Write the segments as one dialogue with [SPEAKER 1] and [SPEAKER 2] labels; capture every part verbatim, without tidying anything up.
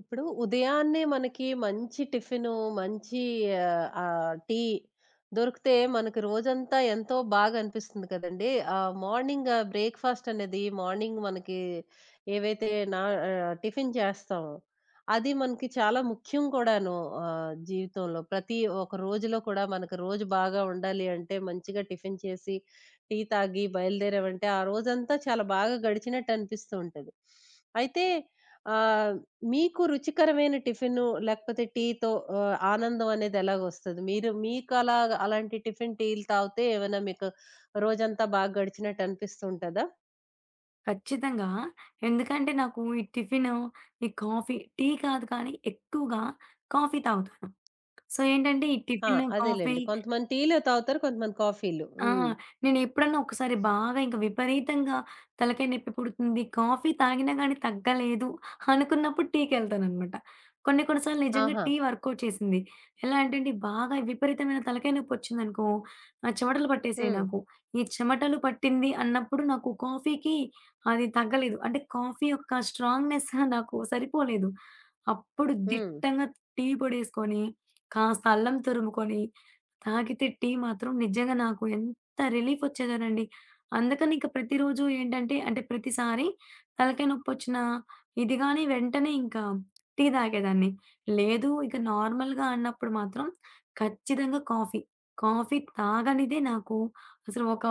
[SPEAKER 1] ఇప్పుడు ఉదయాన్నే మనకి మంచి టిఫిను, మంచి ఆహ్, ఆహ్, టీ దొరికితే మనకి రోజంతా ఎంతో బాగా అనిపిస్తుంది కదండీ! ఆహ్, మార్నింగ్ బ్రేక్‌ఫాస్ట్ అనేది మార్నింగ్ మనకి ఏవైతే నా ఆహ్, టిఫిన్ చేస్తామో, అది మనకి చాలా ముఖ్యం కూడాను ఆహ్, జీవితంలో. ప్రతి ఒక రోజులో కూడా మనకు రోజు బాగా ఉండాలి అంటే మంచిగా టిఫిన్ చేసి, టీ తాగి బయలుదేరామంటే ఆ రోజంతా చాలా బాగా గడిచినట్టు అనిపిస్తూ ఉంటది. అయితే ఆహ్, మీకు రుచికరమైన టిఫిను లేకపోతే టీతో ఆహ్, ఆనందం అనేది ఎలాగొస్తది? మీరు మీకలా అలాంటి టిఫిన్, టీలు తాగితే ఏమైనా మీకు రోజంతా బాగా గడిచినట్టు అనిపిస్తూ ఉంటదా?
[SPEAKER 2] ఖచ్చితంగా. ఎందుకంటే నాకు ఈ టిఫిను, ఈ కాఫీ టీ కాదు కానీ ఎక్కువగా కాఫీ తాగుతాను. సో, ఏంటంటే ఈ
[SPEAKER 1] ఆ!
[SPEAKER 2] టిఫిను, కాఫీ
[SPEAKER 1] అదేలెండి. కొంతమంది టీలే తాగుతారు. కొంతమంది కాఫీలు.
[SPEAKER 2] ఆ!
[SPEAKER 1] హ్మ్.
[SPEAKER 2] నేనెప్పుడన్నా ఒకసారి బాగా ఇంక విపరీతంగా తలకాయ నొప్పి పుడుతుంది, కాఫీ తాగినా గానీ తగ్గలేదు అనుకున్నప్పుడు టీకెళ్తాననమాట. కొన్ని కొన్ని సార్లు నిజంగా
[SPEAKER 1] ఆహా!
[SPEAKER 2] టీ వర్కౌట్ చేసింది. ఎలా అంటే అండి, బాగా విపరీతమైన తలకాయ నొప్పొచ్చిందనుకో, ఆహ్, చెమటలు పట్టేసాయి
[SPEAKER 1] హ్మ్.
[SPEAKER 2] నాకు. ఈ చెమటలు పట్టింది అన్నప్పుడు నాకు కాఫీకి అది తగ్గలేదు. అంటే కాఫీ యొక్క స్ట్రాంగ్‌నెస్ నాకు సరిపోలేదు. అప్పుడు
[SPEAKER 1] హ్మ్.
[SPEAKER 2] దిట్టంగా టీ పొడేసుకొని, కాస్త అల్లం తురుముకొని తాగితే టీ మాత్రం నిజంగా నాకు ఎంత రిలీఫొచ్చేదోనండి. అందుకని ఇంక ప్రతిరోజు ఏంటంటే అంటే ప్రతిసారి తలకాయ నొప్పొచ్చినా, ఇది గాని వెంటనే ఇంకా టీ తాగేదాన్ని. లేదు ఇక నార్మల్‌గా అన్నప్పుడు మాత్రం ఖచ్చితంగా కాఫీ. కాఫీ తాగనిదే నాకు అసలు ఒక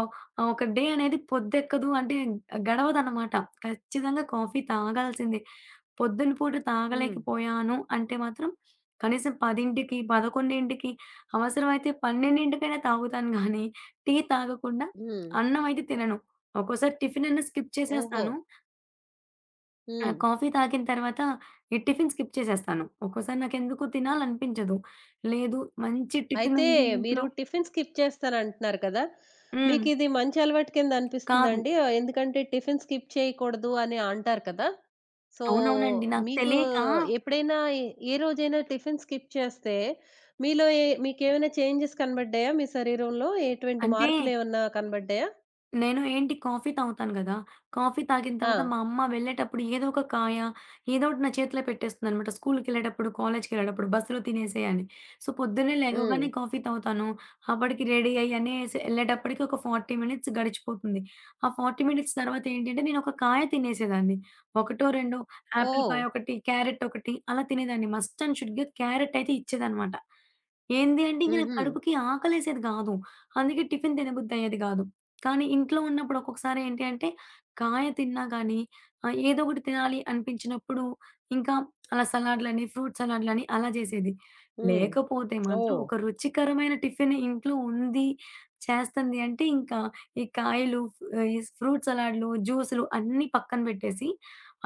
[SPEAKER 2] ఒక డే అనేది పొద్దెక్కదు అంటే గడవదనమాట. ఖచ్చితంగా కాఫీ తాగాల్సిందే. పొద్దున పూట
[SPEAKER 1] హ్మ్.
[SPEAKER 2] తాగలేకపోయాను అంటే మాత్రం కనీసం పదికి, పదకొండుకి అవసరమైతే పన్నెండుకైనా తాగుతాను గానీ, టీ తాగకుండా
[SPEAKER 1] హ్మ్.
[SPEAKER 2] అన్నం అయితే తినను. ఒక్కోసారి టిఫిన్ అన్నా స్కిప్
[SPEAKER 1] ఓహో!
[SPEAKER 2] చేసేస్తాను.
[SPEAKER 1] హ్మ్.
[SPEAKER 2] ఆహ్, కాఫీ తాగిన తర్వాత ఈ టిఫిన్ స్కిప్ చేసేస్తాను. ఒక్కోసారి నాకెందుకో తినాలనిపించదు. లేదు మంచి
[SPEAKER 1] అయితే
[SPEAKER 2] టిఫినుంది
[SPEAKER 1] మీరు
[SPEAKER 2] ఇంట్లో.
[SPEAKER 1] టిఫిన్ స్కిప్ చేస్తానంటున్నారు కదా!
[SPEAKER 2] హ్మ్.
[SPEAKER 1] మీకిది మంచి అలవాటు కింద
[SPEAKER 2] కాదు.
[SPEAKER 1] అనిపిస్తుందండి? ఆహ్, ఎందుకంటే టిఫిన్ స్కిప్ చేయకూడదు అని అంటారు కదా! సో,
[SPEAKER 2] అవునవునండి. నాకు
[SPEAKER 1] మీకు
[SPEAKER 2] తెలియక
[SPEAKER 1] ఎప్పుడైనా ఏ ఏ రోజైనా టిఫిన్ స్కిప్ చేస్తే మీలో ఏ మీకేమైనా చేంజెస్ కనబడ్డాయా? మీ శరీరంలో ఎటువంటి
[SPEAKER 2] అంటే
[SPEAKER 1] మార్పులేమన్నా కనబడ్డాయా?
[SPEAKER 2] నేను ఏంటి కాఫీ తాగుతాను గదా! కాఫీ తాగిన
[SPEAKER 1] ఆ!
[SPEAKER 2] తర్వాత మా అమ్మ వెళ్ళేటప్పుడు ఏదో ఒక కాయ, ఏదో ఒకటి నా చేతిలో పెట్టేస్తుందనమాట. స్కూలుకెళ్ళేటప్పుడు, కాలేజ్‌కెళ్ళేటప్పుడు బస్సులో తినేసేయి అని. సో, పొద్దున్నే
[SPEAKER 1] హ్మ్.
[SPEAKER 2] లెగవగానే కాఫీ తాగుతాను. అప్పటికి రెడీ అయ్యి అనేసి ఎళ్ళేటప్పటికి ఒక నలభై మినిట్స్ గడిచిపోతుంది. ఆ నలభై మినిట్స్ తర్వాత ఏంటంటే నేనొక కాయ తినేసేదాన్ని. ఒకటో, రెండో యాపిల్
[SPEAKER 1] ఓహ్!
[SPEAKER 2] కాయ ఒకటి, క్యారెట్ ఒకటి అలా తినేదాన్ని. మస్ట్ అండ్ షుడ్‌గా క్యారెట్ అయితే ఇచ్చేదనమాట. ఏంది అంటే ఇంక నాకు
[SPEAKER 1] హుహు.
[SPEAKER 2] కడుపుకి ఆకలేసేది గాదు. అందుకే టిఫిన్ తినబుద్దయ్యేది గాదు. కానీ ఇంట్లో ఉన్నప్పుడు ఒక్కొక్కసారి ఏంటి అంటే, కాయ తిన్నా గానీ ఆహ్, ఏదో ఒకటి తినాలి అనిపించినప్పుడు ఇంకా అలా సలాడ్‌లని, ఫ్రూట్ సలాడ్‌లని అలా చేసేది.
[SPEAKER 1] హ్మ్.
[SPEAKER 2] లేకపోతే మాత్రం
[SPEAKER 1] ఓహ్!
[SPEAKER 2] ఒక రుచికరమైన టిఫిన్ ఇంట్లో ఉంది, చేస్తుంది అంటే ఇంకా ఈ కాయలు ఆహ్, ఈ ఫ్రూట్ సలాడ్‌లు, జ్యూసులు అన్నీ పక్కన పెట్టేసి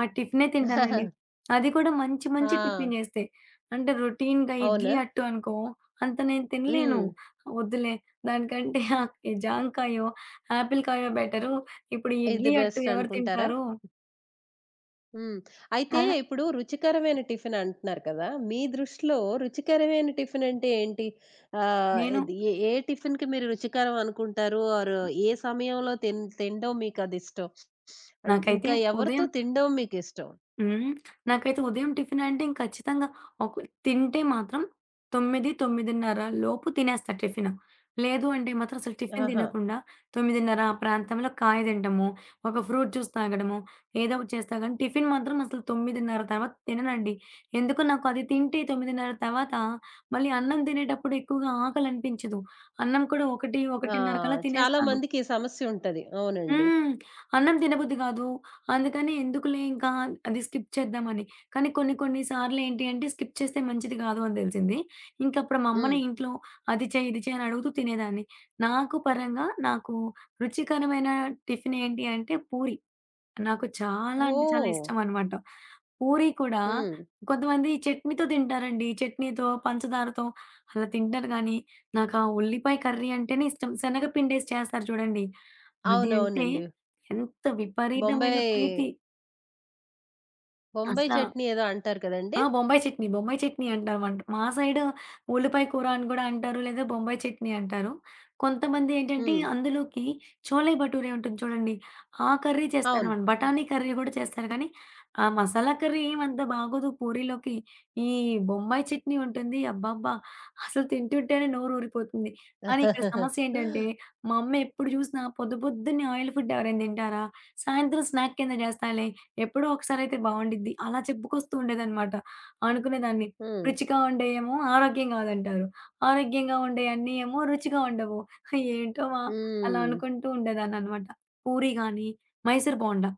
[SPEAKER 2] ఆ టిఫినే తింటానండి. అది కూడా మంచి మంచి
[SPEAKER 1] ఆ!
[SPEAKER 2] టిఫిన్ చేస్తే. అంటే రొటీన్‌గా ఇడ్లీ,
[SPEAKER 1] అవునా?
[SPEAKER 2] అట్టు అనుకో అంత నేను తినలేను.
[SPEAKER 1] హ్మ్.
[SPEAKER 2] వద్దులే దానికంటే ఆ జాంకాయో ఆపిల్ కాయ బెటరు. ఇప్పుడు
[SPEAKER 1] ఇది
[SPEAKER 2] ఇడ్లీ అట్టు
[SPEAKER 1] బెస్ట్
[SPEAKER 2] ఎవరు
[SPEAKER 1] అనుకుంటారా?
[SPEAKER 2] తింటారు?
[SPEAKER 1] హ్మ్. అయితే
[SPEAKER 2] అలా
[SPEAKER 1] ఇప్పుడు రుచికరమైన టిఫిన్ అంటున్నారు కదా! మీ దృష్టిలో రుచికరమైన టిఫిన్ అంటే ఏంటి? ఆహ్,
[SPEAKER 2] నేను
[SPEAKER 1] ఇది ఏ ఏ టిఫిన్‌కి మీరు రుచికరం అనుకుంటారు? ఆర్ ఏ సమయంలో తిన్ తినడం మీకదిష్టం? అండ్
[SPEAKER 2] నాకైతే
[SPEAKER 1] ఇంకా ఎవరితో
[SPEAKER 2] ఉదయం.
[SPEAKER 1] తినడం మీకిష్టం?
[SPEAKER 2] హ్మ్. నాకైతే ఉదయం టిఫినంటే ఇంక ఖచ్చితంగా ఒక తింటే మాత్రం తొమ్మిది, తొమ్మిదిన్నర లోపు తినేస్తా టిఫిను. లేదు అంటే మాత్రం అసలు టిఫిన్
[SPEAKER 1] ఆహా!
[SPEAKER 2] తినకుండా తొమ్మిదిన్నర ఆ ప్రాంతంలో కాయ తింటము, ఒక ఫ్రూట్ జ్యూస్ తాగడము, ఏదో ఒకటి చేస్తా గానీ టిఫిన్ మాత్రం అసలు తొమ్మిదిన్నర తర్వాత తిననండి. ఎందుకో నాకు అది తింటే తొమ్మిదిన్నర తర్వాత మళ్ళీ అన్నం తినేటప్పుడు ఎక్కువగా ఆకలనిపించదు. అన్నం కూడా ఒకటి,
[SPEAKER 1] ఆ!
[SPEAKER 2] ఒకటిన్నర కల్లా
[SPEAKER 1] చాలా
[SPEAKER 2] తినేస్తాను.
[SPEAKER 1] మందికి ఈ సమస్య ఉంటది. అవునండి.
[SPEAKER 2] హ్మ్. అన్నం తినబుద్ధి గాదు. అందుకని ఎందుకులే ఇంకా అది స్కిప్ చేద్దామని. కానీ కొన్ని కొన్ని సార్లేంటి అంటే స్కిప్ చేస్తే మంచిది గాదు అని దెలిసింది. ఇంకప్పుడు మా
[SPEAKER 1] హ్మ్.
[SPEAKER 2] అమ్మనే ఇంట్లో అది చేయి, ఇది చేయి అని అడుగుతూ తినేదాన్ని. నాకు పరంగా నాకు రుచికరమైన టిఫినేంటి అంటే పూరి. నాకు చాలా అంటే చాలా
[SPEAKER 1] ఓహ్!
[SPEAKER 2] ఇష్టమనమాట. పూరి కూడా
[SPEAKER 1] హ్మ్.
[SPEAKER 2] కొంతమంది చట్నీతో తింటారండి. చట్నీతో, పంచదారతో అలా తింటారు గానీ, నాకు ఆ ఉల్లిపాయ కర్రీ అంటేనే ఇష్టం. శనగపిండేసి చేస్తారు చూడండి. అది అంటే
[SPEAKER 1] అవునవునండి.
[SPEAKER 2] ఎంత విపరీతమైన
[SPEAKER 1] బొంబాయి,
[SPEAKER 2] ప్రీతి.
[SPEAKER 1] బొంబాయి
[SPEAKER 2] అసలా
[SPEAKER 1] చట్నీ ఏదో అంటారు కదండీ!
[SPEAKER 2] ఆ! బొంబాయి చట్నీ. బొంబాయి చట్నీ అంటామంట. మా సైడు ఉల్లిపాయ కూర అని గూడా అంటారు. లేదా బొంబాయి చట్నీ అంటారు. కొంతమంది ఏంటంటే
[SPEAKER 1] హ్మ్.
[SPEAKER 2] అందులోకి చోలే భటూరే ఉంటుంది చూడండి. ఆ కర్రీ
[SPEAKER 1] అవును.
[SPEAKER 2] చేస్తారనమాట. బఠానీ కర్రీ గూడా చేస్తారు కానీ, ఆ మసాలా కర్రీ ఏమంత బాగోదు పూరీలోకి. ఈ బొంబాయి చట్నీ ఉంటుంది. అబ్బబ్బా! అసలు తింటుంటేనే నోరు ఊరిపోతుంది. కానీ ఇక్కడ సమస్య ఏంటంటే, మా అమ్మ ఎప్పుడు జూసినా పొద్దు పొద్దున్నే ఆయిల్ ఫుడ్ ఎవరైనా తింటారా? సాయంత్రం స్నాక్ కింద జేస్తాలే. ఎప్పుడో ఒకసారి అయితే బావుండిద్ది. అలా చెప్పుకొస్తూ ఉండేదనమాట. అనుకునేదాన్ని.
[SPEAKER 1] హ్మ్.
[SPEAKER 2] రుచిగా ఉండేయేమో ఆరోగ్యం కాదంటారు. ఆరోగ్యంగా ఉండేయన్నీ ఏమో రుచిగా ఉండవు. ఏంటో మా అలా
[SPEAKER 1] హ్మ్.
[SPEAKER 2] అనుకుంటూ ఉండేదాన్ననమాట. పూరి గాని, మైసూర్ బోండా.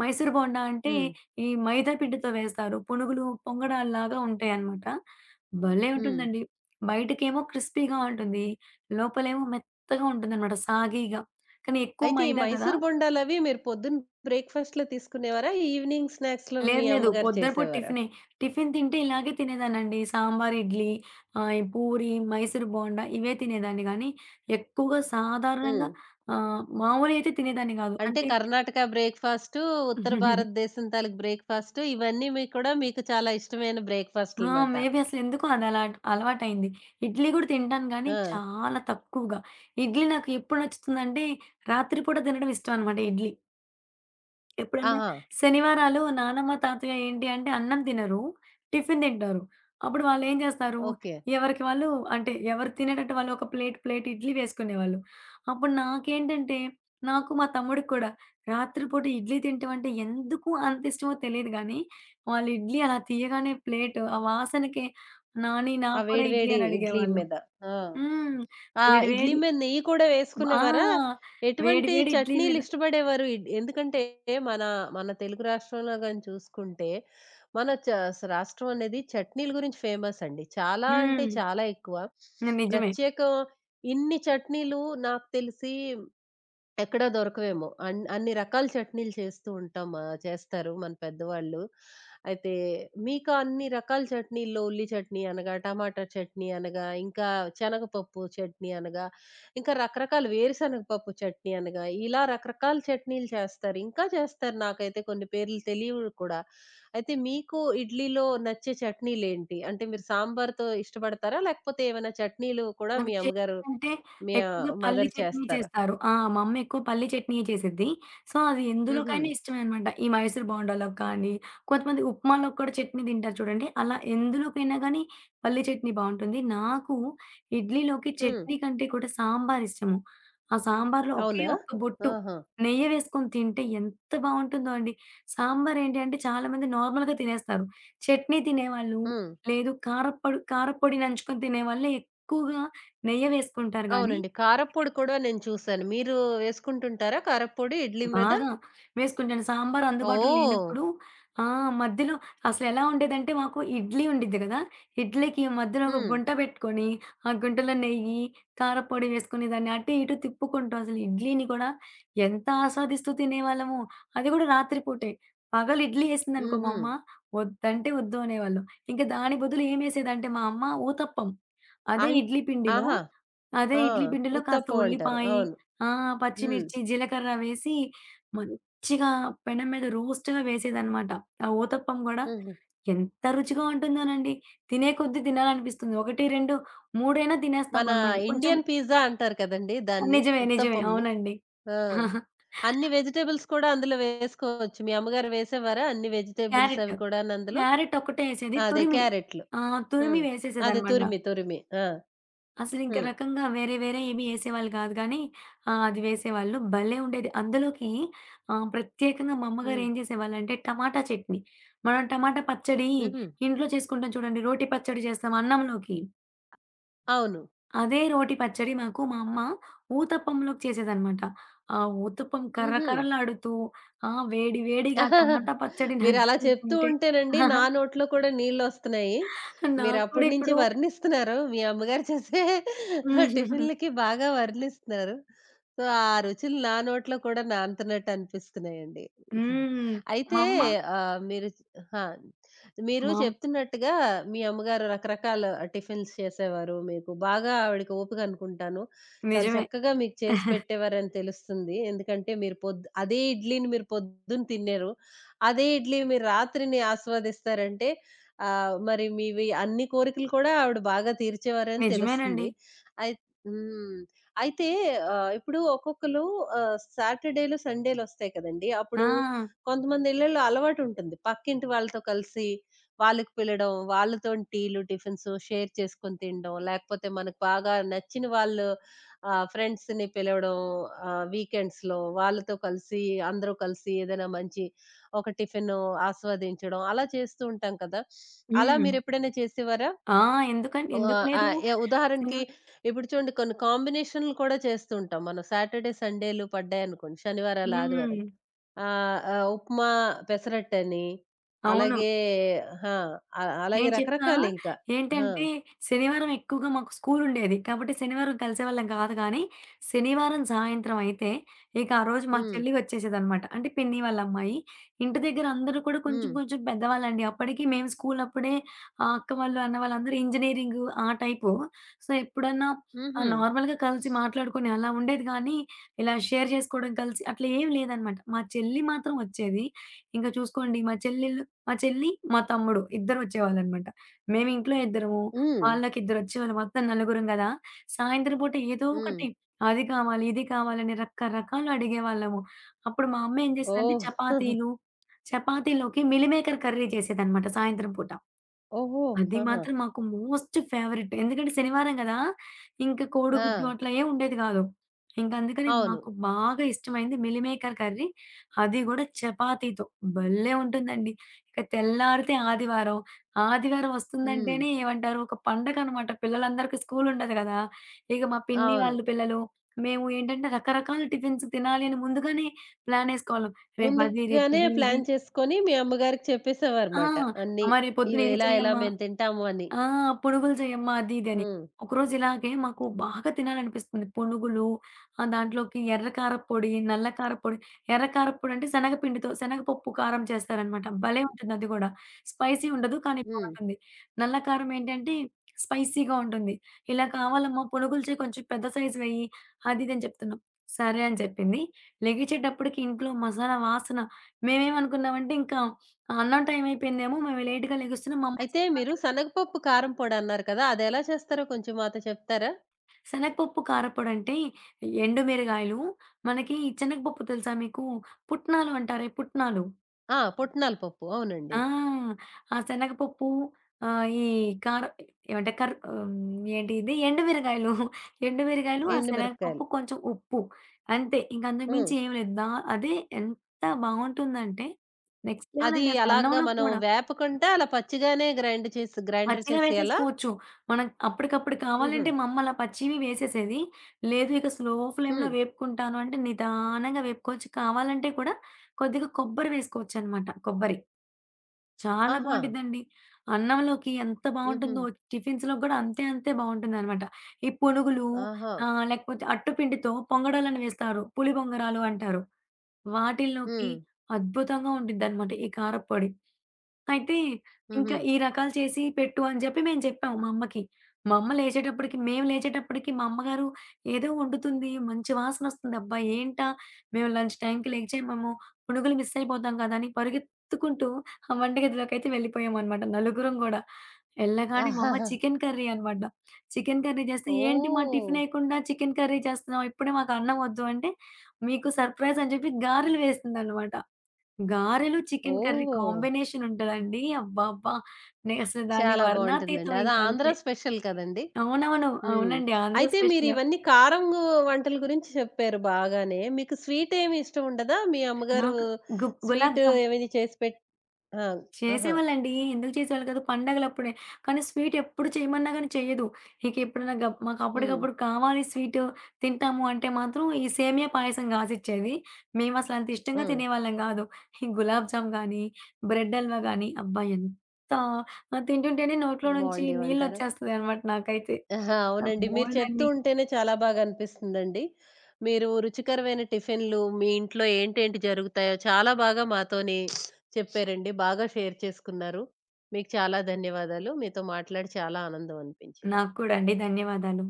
[SPEAKER 2] మైసూర్ బోండా అంటే
[SPEAKER 1] హ్మ్.
[SPEAKER 2] ఈ మైదా పిండితో వేస్తారు. పునుగులు పొంగడాల్లాగా ఉంటాయన్నమాట. భలే
[SPEAKER 1] హ్మ్.
[SPEAKER 2] ఉంటుందండి. బయటకేమో క్రిస్పీగా ఉంటుంది. లోపలేమో మెత్తగా ఉంటుందన్నమాట సాగీగా. కానీ ఎక్కువ
[SPEAKER 1] అయితే ఈ
[SPEAKER 2] మైదా గదా!
[SPEAKER 1] మైసూర్ బొండాలవి మీరు పొద్దున్న బ్రేక్‌ఫాస్ట్‌లో తీసుకునేవారా? ఈవినింగ్ స్నాక్స్‌లో మీ
[SPEAKER 2] లేదు. లేదు.
[SPEAKER 1] అమ్మగారు
[SPEAKER 2] పొద్దుటిపూట
[SPEAKER 1] చేసేవారా?
[SPEAKER 2] టిఫినే. టిఫిన్ తింటే ఇలాగే తినేదాన్నండి. సాంబార్, ఇడ్లీ, ఆహ్, ఈ పూరి, మైసూర్ బోండా ఇవే తినేదాన్ని గానీ, ఎక్కువగా
[SPEAKER 1] హ్మ్.
[SPEAKER 2] సాధారణంగా ఆహ్, మామూలుగయితే తినేదాన్ని గాదు.
[SPEAKER 1] అంటే
[SPEAKER 2] అంటే
[SPEAKER 1] కర్ణాటక బ్రేక్‌ఫాస్టు, ఉత్తర భారతదేశం తాలూకు బ్రేక్‌ఫాస్టు ఇవన్నీ మీ కూడా మీకు చాలా ఇష్టమైన
[SPEAKER 2] ఆ!
[SPEAKER 1] బ్రేక్‌ఫాస్ట్‌లమాట.
[SPEAKER 2] మేబీ అసలెందుకో అదలా అలవాటయింది. ఇడ్లీ గూడా తింటాను గానీ,
[SPEAKER 1] ఆ!
[SPEAKER 2] చాలా తక్కువగా. ఇడ్లీ నాకు ఎప్పుడు నచ్చుతుందంటే, రాత్రిపూట తినడం ఇష్టం అనమాట ఇడ్లీ. ఎప్పుడన్నా
[SPEAKER 1] ఆహా!
[SPEAKER 2] శనివారాలు నానమ్మ, తాతయ్య ఏంటి అంటే అన్నం తినరు. టిఫిన్ తింటారు. అప్పుడు వాళ్ళేం చేస్తారు,
[SPEAKER 1] ఓకే.
[SPEAKER 2] ఎవరికి వాళ్ళు అంటే ఎవరు తినేటట్టు వాళ్ళు ఒక ప్లేట్, ప్లేట్ ఇడ్లీ వేసుకునేవాళ్ళు. అప్పుడు నాకేంటంటే, నాకు మా తమ్ముడికి కూడా రాత్రిపూట ఇడ్లీ తింటం అంటే ఎందుకు అంత ఇష్టమో తెలీదు గానీ, వాళ్ళు ఇడ్లీ అలా తీయగానే ప్లేట్ ఆ వాసనకే నాని
[SPEAKER 1] ఆ
[SPEAKER 2] నాకు కూడా
[SPEAKER 1] వేడి
[SPEAKER 2] ఇడ్లీ
[SPEAKER 1] వేడి
[SPEAKER 2] అని
[SPEAKER 1] ఇడ్లీ
[SPEAKER 2] అడిగేవాళ్ళం.
[SPEAKER 1] మీద. ఆ!
[SPEAKER 2] హ్మ్.
[SPEAKER 1] ఆ!
[SPEAKER 2] వేడి
[SPEAKER 1] ఇడ్లీ
[SPEAKER 2] వేడి
[SPEAKER 1] మీద నెయ్యి కూడా
[SPEAKER 2] ఆ!
[SPEAKER 1] వేసుకునేవారా?
[SPEAKER 2] వేడి
[SPEAKER 1] ఎటువంటి
[SPEAKER 2] వేడి ఇడ్లీ
[SPEAKER 1] చట్నీలు
[SPEAKER 2] మీద.
[SPEAKER 1] ఇష్టపడేవారు? ఇడ్ ఎందుకంటే మన, మన తెలుగు రాష్ట్రంలో గాని చూసుకుంటే, మన చ స రాష్ట్రం అనేది చట్నీల గురించి ఫేమస్ అండి. చాలా అంటే
[SPEAKER 2] హ్మ్.
[SPEAKER 1] చాలా ఎక్కువ.
[SPEAKER 2] నిజమే.
[SPEAKER 1] ప్రత్యేకం ఇన్ని చట్నీలు నాకు తెలిసి ఎక్కడా దొరకవేమో. అన్ అన్ని రకాల చట్నీలు చేస్తూ ఉంటాం. ఆహ్, చేస్తారు మన పెద్దవాళ్ళు. అయితే మీకు అన్ని రకాల చట్నీల్లో ఉల్లి చట్నీ అనగా, టమాటా చట్నీ అనగా, ఇంకా శనగపప్పు చట్నీ అనగా, ఇంకా రకరకాల వేరుశనగ పప్పు చట్నీ అనగా, ఇలా రకరకాల చట్నీలు చేస్తారు. ఇంకా చేస్తారు నాకైతే కొన్ని పేర్లు తెలియవు కూడా. అయితే మీకు ఇడ్లీలో నచ్చే చట్నీలేంటి? అంటే మీరు సాంబార్‌తో ఇష్టపడతారా? లేకపోతే ఏమైనా చట్నీలు కూడా
[SPEAKER 2] నాకు
[SPEAKER 1] మీ
[SPEAKER 2] చట్నీ
[SPEAKER 1] అమ్మగారు
[SPEAKER 2] అంటే
[SPEAKER 1] మీ
[SPEAKER 2] ఎక్కువగా
[SPEAKER 1] ఆహ్,
[SPEAKER 2] పల్లి
[SPEAKER 1] మదర్
[SPEAKER 2] చట్నీ
[SPEAKER 1] చేస్తారా?
[SPEAKER 2] చేస్తారు. ఆ! మా అమ్మ ఎక్కువ పల్లి చట్నీయే చేసిద్ది. సో, అది
[SPEAKER 1] హుహు.
[SPEAKER 2] ఎందులోకైనా ఇష్టమే అనమాట. ఈ మైసూర్ బోండాలోకి కానీ, కొంతమంది ఉప్మాలోకి కూడా చట్నీ తింటారు చూడండి. అలా ఎందులోకైనా గానీ పల్లి చట్నీ బావుంటుంది. నాకు ఇడ్లీలోకి
[SPEAKER 1] హ్మ్.
[SPEAKER 2] చట్నీ కంటే కూడా సాంబార్ ఇష్టము. ఆ సాంబార్‌లో ఒకే
[SPEAKER 1] అవునా?
[SPEAKER 2] ఒక్క బొట్టు
[SPEAKER 1] ఆహా!
[SPEAKER 2] నెయ్యి వేసుకొని తింటే ఎంత బావుంటుందో అండి. సాంబార్ ఏంటి అంటే చాలామంది నార్మల్‌గా తినేస్తారు. చట్నీ తినేవాళ్ళు,
[SPEAKER 1] హ్మ్.
[SPEAKER 2] లేదు కారప్పొడి కారప్పొడి నంచుకొని తినేవాళ్ళే ఎక్కువగా నెయ్యే వేసుకుంటారు గానీ,
[SPEAKER 1] అవునండి. కారప్పొడి కూడా నేను చూసాను. మీరు వేసుకుంటుంటారా కారప్పొడి ఇడ్లీ మీద?
[SPEAKER 2] బాగా. వేసుకుంటాను. సాంబార్ అందుబాటులో
[SPEAKER 1] ఓహ్!
[SPEAKER 2] లేనప్పుడు ఆ! మధ్యలో అసలెలా ఉండేదంటే మాకు ఇడ్లీ ఉండిద్ది గదా! ఇడ్లీకి మధ్యలో ఒక
[SPEAKER 1] హ్మ్.
[SPEAKER 2] గుంట పెట్టుకొని, ఆ గుంటలో నెయ్యి, కారప్పొడి వేసుకొని దాన్ని అటు ఇటు తిప్పుకుంటూ అసలు ఇడ్లీని కూడా ఎంత ఆస్వాదిస్తూ తినేవాళ్ళము. అది గూడా రాత్రి పూటే. పగలు ఇడ్లీ ఏసిందనుకో మా
[SPEAKER 1] హుహు.
[SPEAKER 2] అమ్మ, వద్దంటే వద్దు అనేవాళ్ళు. ఇంక దాని బదులు ఏమేసేదంటే మా అమ్మ ఊతప్పం. అదే
[SPEAKER 1] అన్
[SPEAKER 2] ఇడ్లీ పిండిలో
[SPEAKER 1] ఆహా!
[SPEAKER 2] అదే
[SPEAKER 1] ఆ!
[SPEAKER 2] ఇడ్లీ పిండిలో కాస్త
[SPEAKER 1] ఉత్తప్పం అంటారు.
[SPEAKER 2] ఉల్లిపాయి,
[SPEAKER 1] అవును.
[SPEAKER 2] ఆ!
[SPEAKER 1] హ్మ్.
[SPEAKER 2] పచ్చిమిర్చి, జీలకర్ర వేసి మంచిగా పెనం మీద రోస్ట్‌గా వేసేదనమాట. ఆ ఊతప్పం గూడా
[SPEAKER 1] హుహు.
[SPEAKER 2] ఎంత రుచిగా ఉంటుందోనండి. తినే కొద్దీ తినాలనిపిస్తుంది. ఒకటి, రెండు, మూడు అయినా
[SPEAKER 1] మన
[SPEAKER 2] తినేస్తామనమాట. కొంచెం
[SPEAKER 1] ఇండియన్ పిజ్జా అంటారు కదండీ దాన్ని.
[SPEAKER 2] నిజమే. నిజమే.
[SPEAKER 1] ఉత్తప్పంని.
[SPEAKER 2] అవునండి.
[SPEAKER 1] ఆ! అన్ని వెజిటబుల్స్ కూడా అందులో వేసుకోవచ్చు. మీ అమ్మగారు వేసేవారా అన్ని వెజిటబుల్స్
[SPEAKER 2] క్యారెట్.
[SPEAKER 1] అవి కూడాను అందులో?
[SPEAKER 2] క్యారెట్ ఒక్కటే
[SPEAKER 1] ఆ,
[SPEAKER 2] ఏసేది.
[SPEAKER 1] అదే
[SPEAKER 2] తురిమి.
[SPEAKER 1] క్యారెట్లు.
[SPEAKER 2] ఆ! తురిమి
[SPEAKER 1] హ్మ్. అదే
[SPEAKER 2] వేసేసేదనమాట.
[SPEAKER 1] తురిమి, తురిమి. ఆ!
[SPEAKER 2] అసలింక
[SPEAKER 1] హ్మ్.
[SPEAKER 2] రకంగా వేరే, వేరే ఏమి ఏసేవాళ్ళు గాదు గానీ, ఆ! అది వేసేవాళ్ళు. భలే ఉండేది. అందులోకి ఆహ్, ప్రత్యేకంగా మా అమ్మగారు
[SPEAKER 1] హ్మ్.
[SPEAKER 2] ఏం చేసేవాళ్ళంటే, టమాటా చట్నీ. మనం టమాటా పచ్చడి
[SPEAKER 1] హుహు.
[SPEAKER 2] ఇంట్లో చేసుకుంటాం చూడండి, రోటి పచ్చడి చేస్తాం అన్నంలోకి.
[SPEAKER 1] అవును.
[SPEAKER 2] అదే రోటి పచ్చడి మాకు మా అమ్మ ఊతప్పంలోకి చేసేదనమాట. ఆ ఊతప్పం కర్ర
[SPEAKER 1] హుహు.
[SPEAKER 2] కర్రలాడుతూ, ఆ! వేడి వేడిగా
[SPEAKER 1] ఆహాహా!
[SPEAKER 2] టమాటా పచ్చడి
[SPEAKER 1] మీరలా
[SPEAKER 2] నంచుకొని
[SPEAKER 1] చెప్తూ
[SPEAKER 2] తింటే
[SPEAKER 1] ఉంటేనండి నా నోట్లో కూడా నీళ్ళొస్తున్నాయి.
[SPEAKER 2] నాకు కూడా
[SPEAKER 1] మీరప్పటి నుంచి
[SPEAKER 2] ఇప్పుడు
[SPEAKER 1] వర్ణిస్తున్నారు. మీ అమ్మగారు చేసే టిఫిన్‌లకి బాగా వర్ణిస్తున్నారు. సో, ఆ రుచులు నా నోట్లో కూడా నానుతున్నట్టు అనిపిస్తున్నాయండి.
[SPEAKER 2] హ్మ్.
[SPEAKER 1] అయితే
[SPEAKER 2] మా అమ్మ
[SPEAKER 1] ఆహ్, మీరు ఆ! మీరు
[SPEAKER 2] మా అమ్
[SPEAKER 1] చెప్తున్నట్టుగా మీ అమ్మగారు రకరకాల టిఫిన్స్ చేసేవారు. మీకు బాగా ఆవిడకి ఓపిక అనుకుంటాను. చాలా
[SPEAKER 2] నిజమే.
[SPEAKER 1] చక్కగా మీకు చేసి పెట్టేవారని తెలుస్తుంది. ఎందుకంటే మీరు పొద్ అదే ఇడ్లీని మీరు పొద్దున తిన్నారు. అదే ఇడ్లీ మీరు రాత్రిని ఆస్వాదిస్తారంటే ఆహ్, మరి మీవి అన్ని కోరికలు కూడా ఆవిడ బాగా తీర్చేవారని
[SPEAKER 2] నిజమేనండి.
[SPEAKER 1] తెలుస్తుంది. అయి హ్మ్. అయితే ఆహ్, ఇప్పుడు ఒక్కొక్కళ్ళు ఆహ్, సాటర్‌డేలు, సండేలొస్తాయి కదండీ! అప్పుడు
[SPEAKER 2] ఆ!
[SPEAKER 1] కొంతమంది ఇళ్లల్లో అలవాటుంటుంది. పక్కింటి వాళ్ళతో కలిసి వాళ్ళకి పిలడం, వాళ్ళతోని టీలు, టిఫిన్స్ షేర్ చేసుకొని తినడం, లేకపోతే మనకు బాగా నచ్చిన వాళ్ళు ఆ! ఫ్రెండ్స్‌ని పిలవడం ఆహ్, వీకెండ్స్‌లో వాళ్ళతో కలిసి అందరూ కలిసి ఏదైనా మంచి ఒక టిఫిను ఆస్వాదించడం అలా చేస్తూ ఉంటాం కదా! అలా
[SPEAKER 2] హ్మ్.
[SPEAKER 1] మీరెప్పుడైనా చేసేవారా?
[SPEAKER 2] ఆ! ఎందుకన్ ఎందుకు
[SPEAKER 1] ఆహ్,
[SPEAKER 2] లేదు?
[SPEAKER 1] ఆహ్, య ఉదాహరణకి
[SPEAKER 2] సినిమా
[SPEAKER 1] ఇప్పుడు చూడండి కొన్ని కాంబినేషన్‌లు కూడా చేస్తూ ఉంటాం. మనం సాటర్‌డే, సండేలు పడ్డాయనుకోండి శనివారాలు,
[SPEAKER 2] హ్మ్.
[SPEAKER 1] ఆదివారాలు ఆహ్, ఆహ్, ఉప్మా, పెసరట్టని
[SPEAKER 2] అవును.
[SPEAKER 1] అలాగే హా, ఆ! అ అలాగే
[SPEAKER 2] నేను చెప్పినా
[SPEAKER 1] రకరకాలింకా. ఆ!
[SPEAKER 2] ఏంటంటే, శనివారం ఎక్కువగా మాకు స్కూలుండేది. కాబట్టి శనివారం కలిసేవాళ్ళం కాదు గానీ, శనివారం సాయంత్రం అయితే, ఇక ఆ రోజు మా
[SPEAKER 1] హ్మ్.
[SPEAKER 2] చెల్లి వచ్చేసేదనమాట. అంటే పిన్ని వాళ్ళ అమ్మాయి. ఇంటి దగ్గర అందరూ కూడా
[SPEAKER 1] హ్మ్.
[SPEAKER 2] కొంచెం కొంచెం పెద్దవాళ్ళండి. అప్పటికి మేము స్కూలప్పుడే ఆహ్, అక్క వాళ్ళు, అన్న వాళ్ళందరూ ఇంజినీరింగు ఆ టైపు. సో, ఎప్పుడన్నా
[SPEAKER 1] హుహు.
[SPEAKER 2] ఆహ్, నార్మల్‌గా కలిసి మాట్లాడుకొని అలా ఉండేది గానీ, ఇలా షేర్ చేసుకోవడం కలిసి అట్లా ఏం లేదనమాట. మా చెల్లి మాత్రం వచ్చేది. ఇంక చూసుకోండి మా చెల్లెలు మా చెల్లి, మా తమ్ముడు ఇద్దరు వచ్చేవాళ్ళనమాట. మేము ఇంట్లో ఇద్దరము,
[SPEAKER 1] హ్మ్.
[SPEAKER 2] వాళ్ళకిద్దరొచ్చేవాళ్ళు. మొత్తం నలుగురం గదా! సాయంత్రం పూట ఏదో
[SPEAKER 1] హ్మ్.
[SPEAKER 2] ఒకటి అది కావాలి, ఇది కావాలని రకరకాలు అడిగేవాళ్ళము. అప్పుడు మా అమ్మ ఏం చేసేదంటే
[SPEAKER 1] ఓహ్!
[SPEAKER 2] చపాతీలు, చపాతీలోకి మిల్ మేకర్ కర్రీ చేసేదనమాట సాయంత్రం పూట.
[SPEAKER 1] ఓహో!
[SPEAKER 2] అది
[SPEAKER 1] ఆహా!
[SPEAKER 2] మాత్రం మాకు మోస్ట్ ఫేవరెట్. ఎందుకంటే శనివారం గదా! ఇంక
[SPEAKER 1] ఆ!
[SPEAKER 2] కోడిగుడ్డు అట్లా ఏం ఉండేది గాదు. ఇంకందుకని
[SPEAKER 1] అవును.
[SPEAKER 2] మాకు బాగా ఇష్టమైంది మిల్లిమేకర్ కర్రీ. అది గూడా చపాతీతో. భలే ఉంటుందండి. ఇక తెల్లారితే ఆదివారం. ఆదివారం
[SPEAKER 1] హ్మ్.
[SPEAKER 2] వస్తుందంటేనే ఏమంటారు ఒక పండగనమాట. పిల్లలందరికీ స్కూలుండదు గదా! ఇక మా పిన్ని
[SPEAKER 1] అవును.
[SPEAKER 2] వాళ్ళు పిల్లలు, మేము ఏంటంటే రకరకాల టిఫిన్స్ తినాలి అని ముందుగానే ప్లానేసుకోవాళ్ళం. రేపది,
[SPEAKER 1] ముందుగానే
[SPEAKER 2] రేపిది, ఇది ఇది
[SPEAKER 1] ప్లాన్ చేసుకొని మీ అమ్మగారికి
[SPEAKER 2] ఆ!
[SPEAKER 1] చెప్పేసేవారమాట అన్నీ.
[SPEAKER 2] అమ్మ రేపొద్దున
[SPEAKER 1] ఇవి
[SPEAKER 2] ఇది
[SPEAKER 1] ఇలా ఇలా
[SPEAKER 2] చెయ్యమ్మ
[SPEAKER 1] మేము తింటాము అని.
[SPEAKER 2] ఆ! పునుగులు జెయమ్మా అది ఇది అని.
[SPEAKER 1] హ్మ్.
[SPEAKER 2] ఒకరోజు ఇలాగే మాకు బాగా తినాలనిపిస్తుంది. పునుగులు ఆహ్, దాంట్లోకి ఎర్ర కారప్పొడి, నల్ల కారప్పొడి, ఎర్ర కారప్పొడి అంటే శనగపిండితో శనగపప్పు కారం చేస్తారనమాట. భలే ఉంటుంది అది గూడా. స్పైసీ ఉండదు కానీ
[SPEAKER 1] హ్మ్.
[SPEAKER 2] బావుంటుంది. నల్ల కారం ఏంటంటే స్పైసీగా ఉంటుంది. "ఇలా కావాలమ్మా పునుగులు చెయి కొంచెం పెద్ద సైజు వెయ్యి" అది ఇది అని చెప్తున్నాం. సరే అని చెప్పింది. లెగిచేటప్పటికి ఇంట్లో మసాలా వాసన. మేమేమనుకున్నామంటే ఇంకా అన్నం టైం అయిపోయిందేమో, మేము లేట్‌గా లెగుస్తున్నాం. మా అమ్మ
[SPEAKER 1] అయితే మీరు
[SPEAKER 2] చికెన్
[SPEAKER 1] శనగపప్పు కారం పొడి అన్నారు కదా! అదెలా చేస్తారో కొంచెం మాతో చెప్తారా?
[SPEAKER 2] శనగపప్పు కారప్పొడంటే ఎండుమిరగాయలు, మనకి శనగపప్పు తెలుసా మీకు? పుట్నాలు అంటారే పుట్నాలు.
[SPEAKER 1] ఆ! పుట్నాల పప్పు అవునండి.
[SPEAKER 2] ఆ! ఆ శనగపప్పు ఆహ్, ఈ కార ఏమంటే కర్ హ్మ్. ఏంటి ఇది ఎండుమిరగాయలు. ఎండుమిరగాయలు, ఆ శనగపప్పు,
[SPEAKER 1] ఎండుమిరపకాయలు.
[SPEAKER 2] కొంచెం ఉప్పు అంతే. ఇంక అంతకు
[SPEAKER 1] హ్మ్.
[SPEAKER 2] మించి ఏమి లేదు. దా అదే ఎంత బావుంటుందంటే నెక్స్ట్ లెవెల్
[SPEAKER 1] అది
[SPEAKER 2] అండి అసలు
[SPEAKER 1] అలాగా
[SPEAKER 2] అన్నంలో
[SPEAKER 1] మనం
[SPEAKER 2] కూడా.
[SPEAKER 1] వేపకుండా అలా పచ్చిగానే గ్రైండ్ చేసి గ్రైండర్
[SPEAKER 2] పచ్చిగా
[SPEAKER 1] చేసేయాలా?
[SPEAKER 2] వేసేసుకోవచ్చు. మనకు అప్పటికప్పుడు
[SPEAKER 1] హుహు.
[SPEAKER 2] కావాలంటే మా అమ్మ అలా పచ్చివి వేసేసేది. లేదు ఇక స్లో ఫ్లేమ్‌లో
[SPEAKER 1] హ్మ్.
[SPEAKER 2] వేపుకుంటాను అంటే నిదానంగా వేపుకోవచ్చు. కావాలంటే కూడా కొద్దిగా కొబ్బరి వేసుకోవచ్చనమాట. కొబ్బరి చాలా
[SPEAKER 1] ఆహా!
[SPEAKER 2] బావుండిద్దండి. అన్నంలోకి ఎంత
[SPEAKER 1] హుహు.
[SPEAKER 2] బావుంటుందో టిఫిన్స్‌లో కూడా అంతే అంతే బావుంటుందనమాట. ఈ పునుగులు
[SPEAKER 1] ఆహా!
[SPEAKER 2] ఆహ్, లేకపోతే అట్టు పిండితో పొంగడాలని వేస్తారు. పులి బొంగరాలు అంటారు. వాటిల్లోకి
[SPEAKER 1] హ్మ్.
[SPEAKER 2] అద్భుతంగా ఉండిద్దనమాట ఈ కారప్పొడి. అయితే ఇంకా ఈ రకాలు చేసి పెట్టు అని చెప్పి మేము చెప్పాము మా అమ్మకి. మా అమ్మ లేచేటప్పటికి మేము లేచేటప్పటికి మా అమ్మగారు ఏదో వండుతుంది. మంచి వాసనొస్తుంది. అబ్బా! ఏంటా మేము లంచ్ టైంకి లెగిచామేమో, పునుగులు మిస్ అయిపోతాం కదా! అని పరిగెత్తుకుంటూ ఆ వంటగదిలోకైతే వెళ్ళిపోయామనమాట నలుగురం గూడా. ఎళ్ళగానే మా అమ్మ
[SPEAKER 1] హుహు.
[SPEAKER 2] చికెన్ కర్రీ అనమాట. చికెన్ కర్రీ చేస్తే, "ఏంటి మా
[SPEAKER 1] ఓహ్!
[SPEAKER 2] టిఫినెయకుండా చికెన్ కర్రీ చేస్తున్నావు? ఇప్పుడే మాకు అన్నం వద్దు" అంటే మీకు సర్ప్రైజ్ అని చెప్పి గారెలు వేసిందనమాట. గారెలు, చికెన్ కర్రీ
[SPEAKER 1] ఓహ్!
[SPEAKER 2] కాంబినేషన్ ఉంటదండి. అబ్బబ్బా! నేనసలు దాని
[SPEAKER 1] చాలా బావుంటుందండి.
[SPEAKER 2] వర్ణాతీతం
[SPEAKER 1] అది ఆంధ్ర
[SPEAKER 2] ఇంకంతే.
[SPEAKER 1] స్పెషల్ కదండీ.
[SPEAKER 2] అవునవును.
[SPEAKER 1] హ్మ్.
[SPEAKER 2] అవునండి. ఆంధ్ర
[SPEAKER 1] అయితే
[SPEAKER 2] స్పెషల్.
[SPEAKER 1] మీరివన్నీ కారం వంటల గురించి చెప్పారు బాగానే. మీకు స్వీట్ ఏమి ఇష్టం ఉండదా? మీ అమ్మగారు
[SPEAKER 2] నాకు గు గులాబ్
[SPEAKER 1] స్వీట్
[SPEAKER 2] జామున్
[SPEAKER 1] ఏమైనా చేసి పెట్ ఆ! ఆహా!
[SPEAKER 2] చేసేవాళ్ళండి. ఎందుకు చేసేవాళ్ళు కాదు. పండగలప్పుడే. కానీ స్వీట్ ఎప్పుడు చేయమన్నా గాని చెయ్యదు. ఇక ఎప్పుడైనా గ మాకు
[SPEAKER 1] హ్మ్.
[SPEAKER 2] అప్పటికప్పుడు కావాలి స్వీటు తింటాము అంటే మాత్రం ఈ సేమియా పాయసం కాసిచ్చేది. మేమసలు అంత ఇష్టంగా
[SPEAKER 1] హ్మ్.
[SPEAKER 2] తినేవాళ్ళం గాదు. ఈ గులాబ్ జామ్ గానీ, బ్రెడ్ హల్వా గానీ అబ్బా! ఎంత ఆహ్, తింటుంటేనే నోట్లో నుంచి
[SPEAKER 1] బావుండేవంటారా?
[SPEAKER 2] నీళ్ళొచ్చేస్తదనమాట నాకైతే.
[SPEAKER 1] అహా! అవునండి. మీరు చెప్తూ
[SPEAKER 2] బోలెడన్ని.
[SPEAKER 1] ఉంటేనే చాలా బాగా అనిపిస్తుందండి. మీరు రుచికరమైన టిఫిన్‌లు, మీ ఇంట్లో ఏంటేంటి జరుగుతాయో చాలా బాగా మాతోని చెప్పారండి. బాగా షేర్ చేసుకున్నారు. మీకు చాలా ధన్యవాదాలు. మీతో మాట్లాడి చాలా ఆనందం అనిపించింది.
[SPEAKER 2] నాకు కూడా అండి. ధన్యవాదాలు.